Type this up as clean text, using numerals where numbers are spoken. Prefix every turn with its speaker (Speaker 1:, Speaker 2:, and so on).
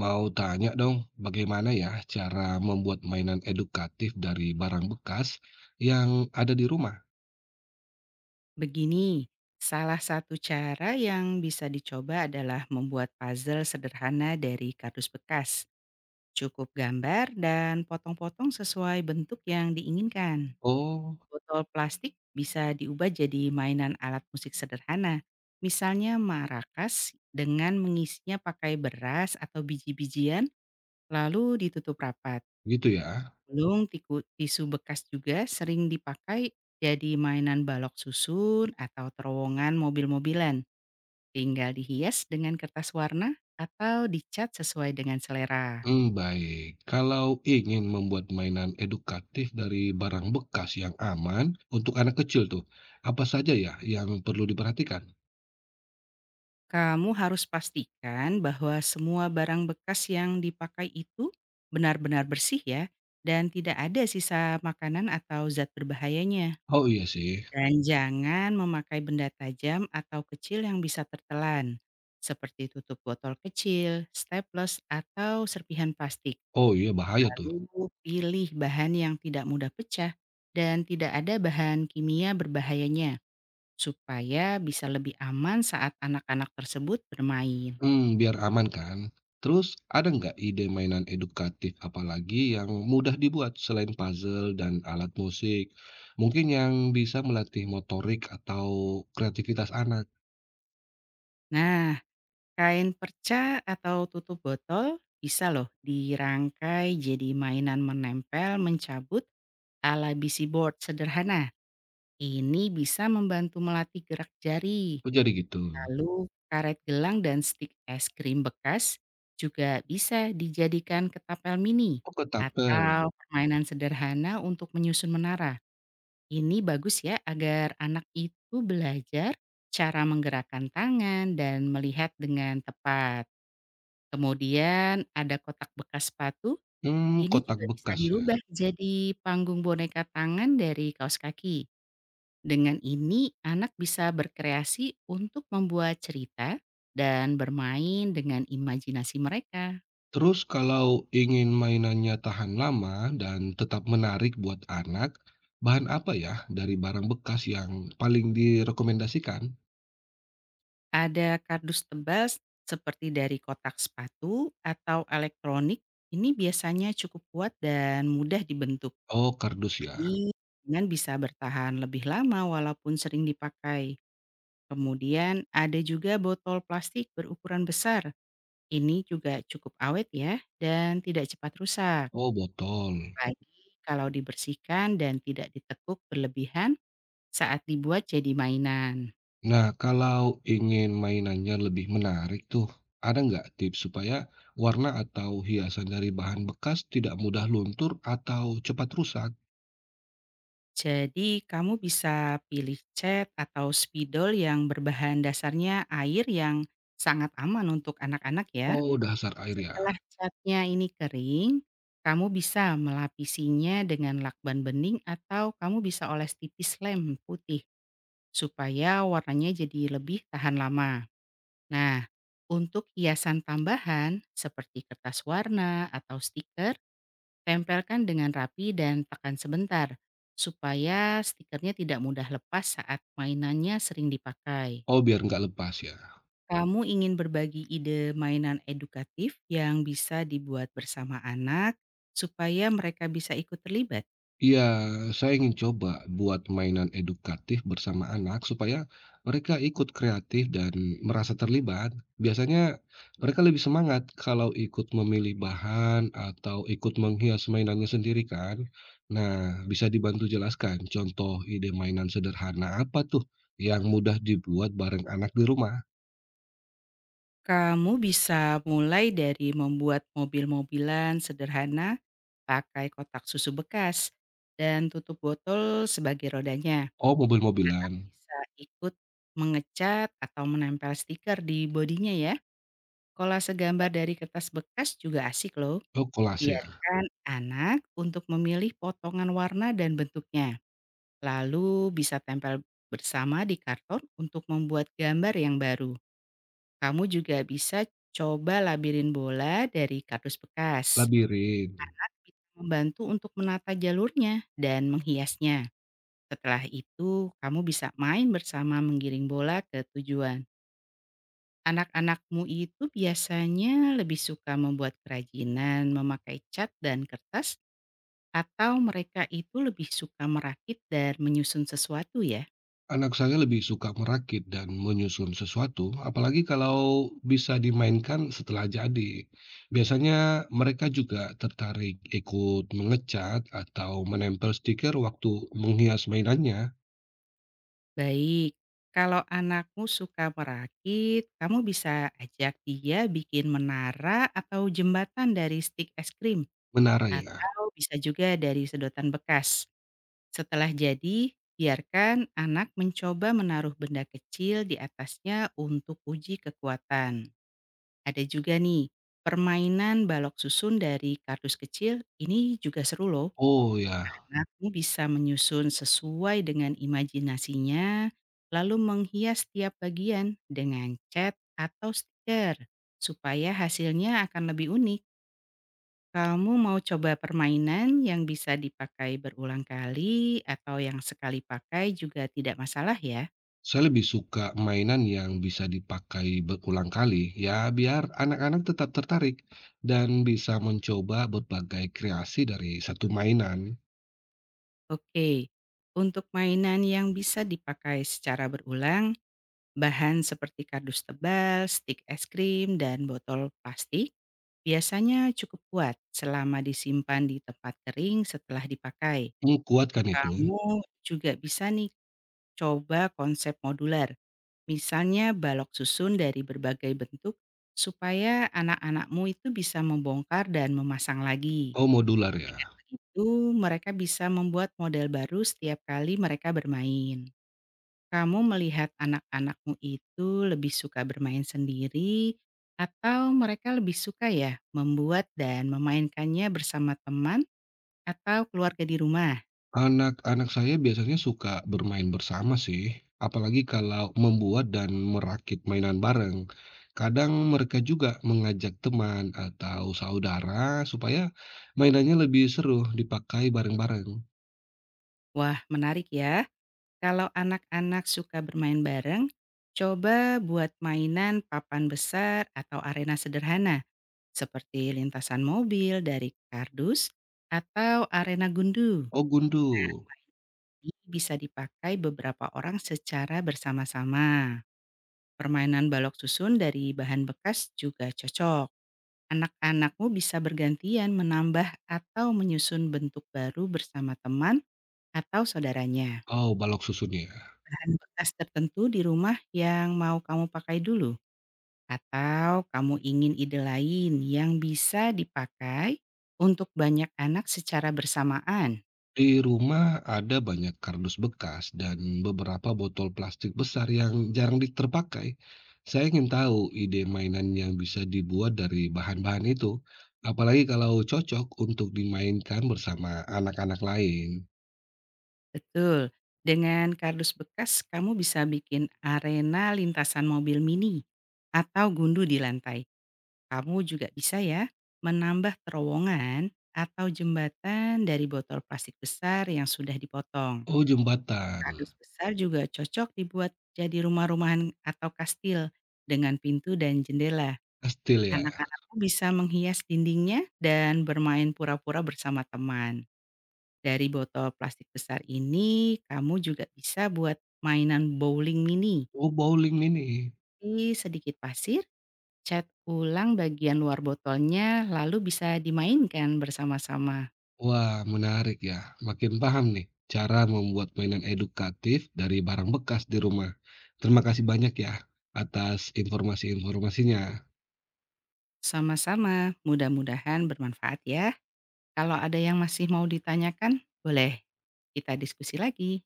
Speaker 1: Mau tanya dong, bagaimana ya cara membuat mainan edukatif dari barang bekas yang ada di rumah?
Speaker 2: Begini, salah satu cara yang bisa dicoba adalah membuat puzzle sederhana dari kardus bekas. Cukup gambar dan potong-potong sesuai bentuk yang diinginkan.
Speaker 1: Oh,
Speaker 2: Botol plastik bisa diubah jadi mainan alat musik sederhana. Misalnya marakas dengan mengisinya pakai beras atau biji-bijian lalu ditutup rapat.
Speaker 1: gitu ya.
Speaker 2: Belum, tisu bekas juga sering dipakai jadi mainan balok susun atau terowongan mobil-mobilan. Tinggal dihias dengan kertas warna atau dicat sesuai dengan selera.
Speaker 1: Baik. Kalau ingin membuat mainan edukatif dari barang bekas yang aman untuk anak kecil tuh, apa saja ya yang perlu diperhatikan?
Speaker 2: Kamu harus pastikan bahwa semua barang bekas yang dipakai itu benar-benar bersih ya, dan tidak ada sisa makanan atau zat berbahayanya.
Speaker 1: Oh iya sih.
Speaker 2: Dan jangan memakai benda tajam atau kecil yang bisa tertelan, seperti tutup botol kecil, staples, atau serpihan plastik.
Speaker 1: Oh iya bahaya tuh.
Speaker 2: Lalu pilih bahan yang tidak mudah pecah dan tidak ada bahan kimia berbahayanya, supaya bisa lebih aman saat anak-anak tersebut bermain.
Speaker 1: Biar aman kan. Terus ada nggak ide mainan edukatif apalagi yang mudah dibuat selain puzzle dan alat musik? Mungkin yang bisa melatih motorik atau kreativitas anak?
Speaker 2: Nah, kain perca atau tutup botol bisa loh dirangkai jadi mainan menempel mencabut ala BC board sederhana. Ini bisa membantu melatih gerak jari.
Speaker 1: Oh jadi gitu.
Speaker 2: Lalu karet gelang dan stik es krim bekas juga bisa dijadikan ketapel mini
Speaker 1: Oh ketapel.
Speaker 2: atau permainan sederhana untuk menyusun menara. Ini bagus ya agar anak itu belajar cara menggerakkan tangan dan melihat dengan tepat. Kemudian ada kotak bekas sepatu, ini
Speaker 1: Kotak
Speaker 2: juga bisa
Speaker 1: bekas ya.
Speaker 2: dirubah jadi panggung boneka tangan dari kaos kaki. Dengan ini, anak bisa berkreasi untuk membuat cerita dan bermain dengan imajinasi mereka.
Speaker 1: Terus kalau ingin mainannya tahan lama dan tetap menarik buat anak, bahan apa ya dari barang bekas yang paling direkomendasikan?
Speaker 2: Ada kardus tebal seperti dari kotak sepatu atau elektronik, ini biasanya cukup kuat dan mudah dibentuk.
Speaker 1: Oh kardus ya.
Speaker 2: Jadi, dengan bisa bertahan lebih lama walaupun sering dipakai. Kemudian ada juga botol plastik berukuran besar. Ini juga cukup awet ya dan tidak cepat rusak.
Speaker 1: Oh botol.
Speaker 2: Apalagi kalau dibersihkan dan tidak ditekuk berlebihan saat dibuat jadi mainan.
Speaker 1: Nah, kalau ingin mainannya lebih menarik tuh, ada nggak tips supaya warna atau hiasan dari bahan bekas tidak mudah luntur atau cepat rusak?
Speaker 2: Jadi kamu bisa pilih cat atau spidol yang berbahan dasarnya air yang sangat aman untuk anak-anak ya.
Speaker 1: Oh, dasar air
Speaker 2: Setelah
Speaker 1: ya.
Speaker 2: catnya ini kering, kamu bisa melapisinya dengan lakban bening atau kamu bisa oles tipis lem putih supaya warnanya jadi lebih tahan lama. Nah, untuk hiasan tambahan seperti kertas warna atau stiker, tempelkan dengan rapi dan tekan sebentar supaya stikernya tidak mudah lepas saat mainannya sering dipakai.
Speaker 1: Oh, biar nggak lepas ya.
Speaker 2: Kamu ingin berbagi ide mainan edukatif yang bisa dibuat bersama anak supaya mereka bisa ikut terlibat?
Speaker 1: Iya, saya ingin coba buat mainan edukatif bersama anak supaya mereka ikut kreatif dan merasa terlibat. Biasanya mereka lebih semangat kalau ikut memilih bahan atau ikut menghias mainannya sendiri kan. Nah, bisa dibantu jelaskan contoh ide mainan sederhana apa tuh yang mudah dibuat bareng anak di rumah?
Speaker 2: Kamu bisa mulai dari membuat mobil-mobilan sederhana. Pakai kotak susu bekas dan tutup botol sebagai rodanya.
Speaker 1: Oh, mobil-mobilan.
Speaker 2: Bisa ikut mengecat atau menempel stiker di bodinya ya. Kolase gambar dari kertas bekas juga asik loh.
Speaker 1: Oh, kolase ya.
Speaker 2: Biarkan anak untuk memilih potongan warna dan bentuknya. Lalu bisa tempel bersama di karton untuk membuat gambar yang baru. Kamu juga bisa coba labirin bola dari kardus bekas.
Speaker 1: Labirin.
Speaker 2: Bisa membantu untuk menata jalurnya dan menghiasnya. Setelah itu, kamu bisa main bersama menggiring bola ke tujuan. Anak-anakmu itu biasanya lebih suka membuat kerajinan, memakai cat dan kertas, atau mereka itu lebih suka merakit dan menyusun sesuatu ya?
Speaker 1: Anak saya lebih suka merakit dan menyusun sesuatu, apalagi kalau bisa dimainkan setelah jadi. Biasanya mereka juga tertarik ikut mengecat atau menempel stiker waktu menghias mainannya.
Speaker 2: Baik, kalau anakmu suka merakit, kamu bisa ajak dia bikin menara atau jembatan dari stik es krim,
Speaker 1: Menara ya?
Speaker 2: atau bisa juga dari sedotan bekas. Setelah jadi, biarkan anak mencoba menaruh benda kecil di atasnya untuk uji kekuatan. Ada juga nih, permainan balok susun dari kardus kecil ini juga seru loh.
Speaker 1: Oh ya,
Speaker 2: Anakmu bisa menyusun sesuai dengan imajinasinya, lalu menghias tiap bagian dengan cat atau stiker, supaya hasilnya akan lebih unik. Kamu mau coba permainan yang bisa dipakai berulang kali atau yang sekali pakai juga tidak masalah ya?
Speaker 1: saya lebih suka mainan yang bisa dipakai berulang kali, ya biar anak-anak tetap tertarik dan bisa mencoba berbagai kreasi dari satu mainan.
Speaker 2: Oke, untuk mainan yang bisa dipakai secara berulang, bahan seperti kardus tebal, stik es krim, dan botol plastik biasanya cukup kuat selama disimpan di tempat kering setelah dipakai.
Speaker 1: Menguatkan itu.
Speaker 2: Kamu juga bisa nih coba konsep modular. Misalnya balok susun dari berbagai bentuk supaya anak-anakmu itu bisa membongkar dan memasang lagi.
Speaker 1: Oh modular ya?
Speaker 2: Dengan begitu, mereka bisa membuat model baru setiap kali mereka bermain. Kamu melihat anak-anakmu itu lebih suka bermain sendiri atau mereka lebih suka ya membuat dan memainkannya bersama teman atau keluarga di rumah?
Speaker 1: Anak-anak saya biasanya suka bermain bersama sih, apalagi kalau membuat dan merakit mainan bareng. Kadang mereka juga mengajak teman atau saudara supaya mainannya lebih seru dipakai bareng-bareng.
Speaker 2: Wah, menarik ya. Kalau anak-anak suka bermain bareng, coba buat mainan papan besar atau arena sederhana, seperti lintasan mobil dari kardus atau arena gundu.
Speaker 1: Oh gundu,
Speaker 2: Ini bisa dipakai beberapa orang secara bersama-sama. Permainan balok susun dari bahan bekas juga cocok. Anak-anakmu bisa bergantian menambah atau menyusun bentuk baru bersama teman atau saudaranya.
Speaker 1: oh balok susunnya.
Speaker 2: Bahan bekas tertentu di rumah yang mau kamu pakai dulu? Atau kamu ingin ide lain yang bisa dipakai untuk banyak anak secara bersamaan?
Speaker 1: Di rumah ada banyak kardus bekas dan beberapa botol plastik besar yang jarang terpakai. Saya ingin tahu ide mainan yang bisa dibuat dari bahan-bahan itu, apalagi kalau cocok untuk dimainkan bersama anak-anak lain.
Speaker 2: Betul, dengan kardus bekas kamu bisa bikin arena lintasan mobil mini atau gundu di lantai. Kamu juga bisa ya menambah terowongan atau jembatan dari botol plastik besar yang sudah dipotong.
Speaker 1: Oh, jembatan,
Speaker 2: Kardus besar juga cocok dibuat jadi rumah-rumahan atau kastil, dengan pintu dan jendela.
Speaker 1: kastil ya.
Speaker 2: Anak-anak bisa menghias dindingnya dan bermain pura-pura bersama teman. Dari botol plastik besar ini, kamu juga bisa buat mainan bowling mini.
Speaker 1: Oh, bowling mini.
Speaker 2: Cuci sedikit pasir, cat ulang bagian luar botolnya, lalu bisa dimainkan bersama-sama.
Speaker 1: Wah, menarik ya. Makin paham nih cara membuat mainan edukatif dari barang bekas di rumah. Terima kasih banyak ya atas informasi-informasinya.
Speaker 2: Sama-sama, mudah-mudahan bermanfaat ya. Kalau ada yang masih mau ditanyakan, boleh kita diskusi lagi.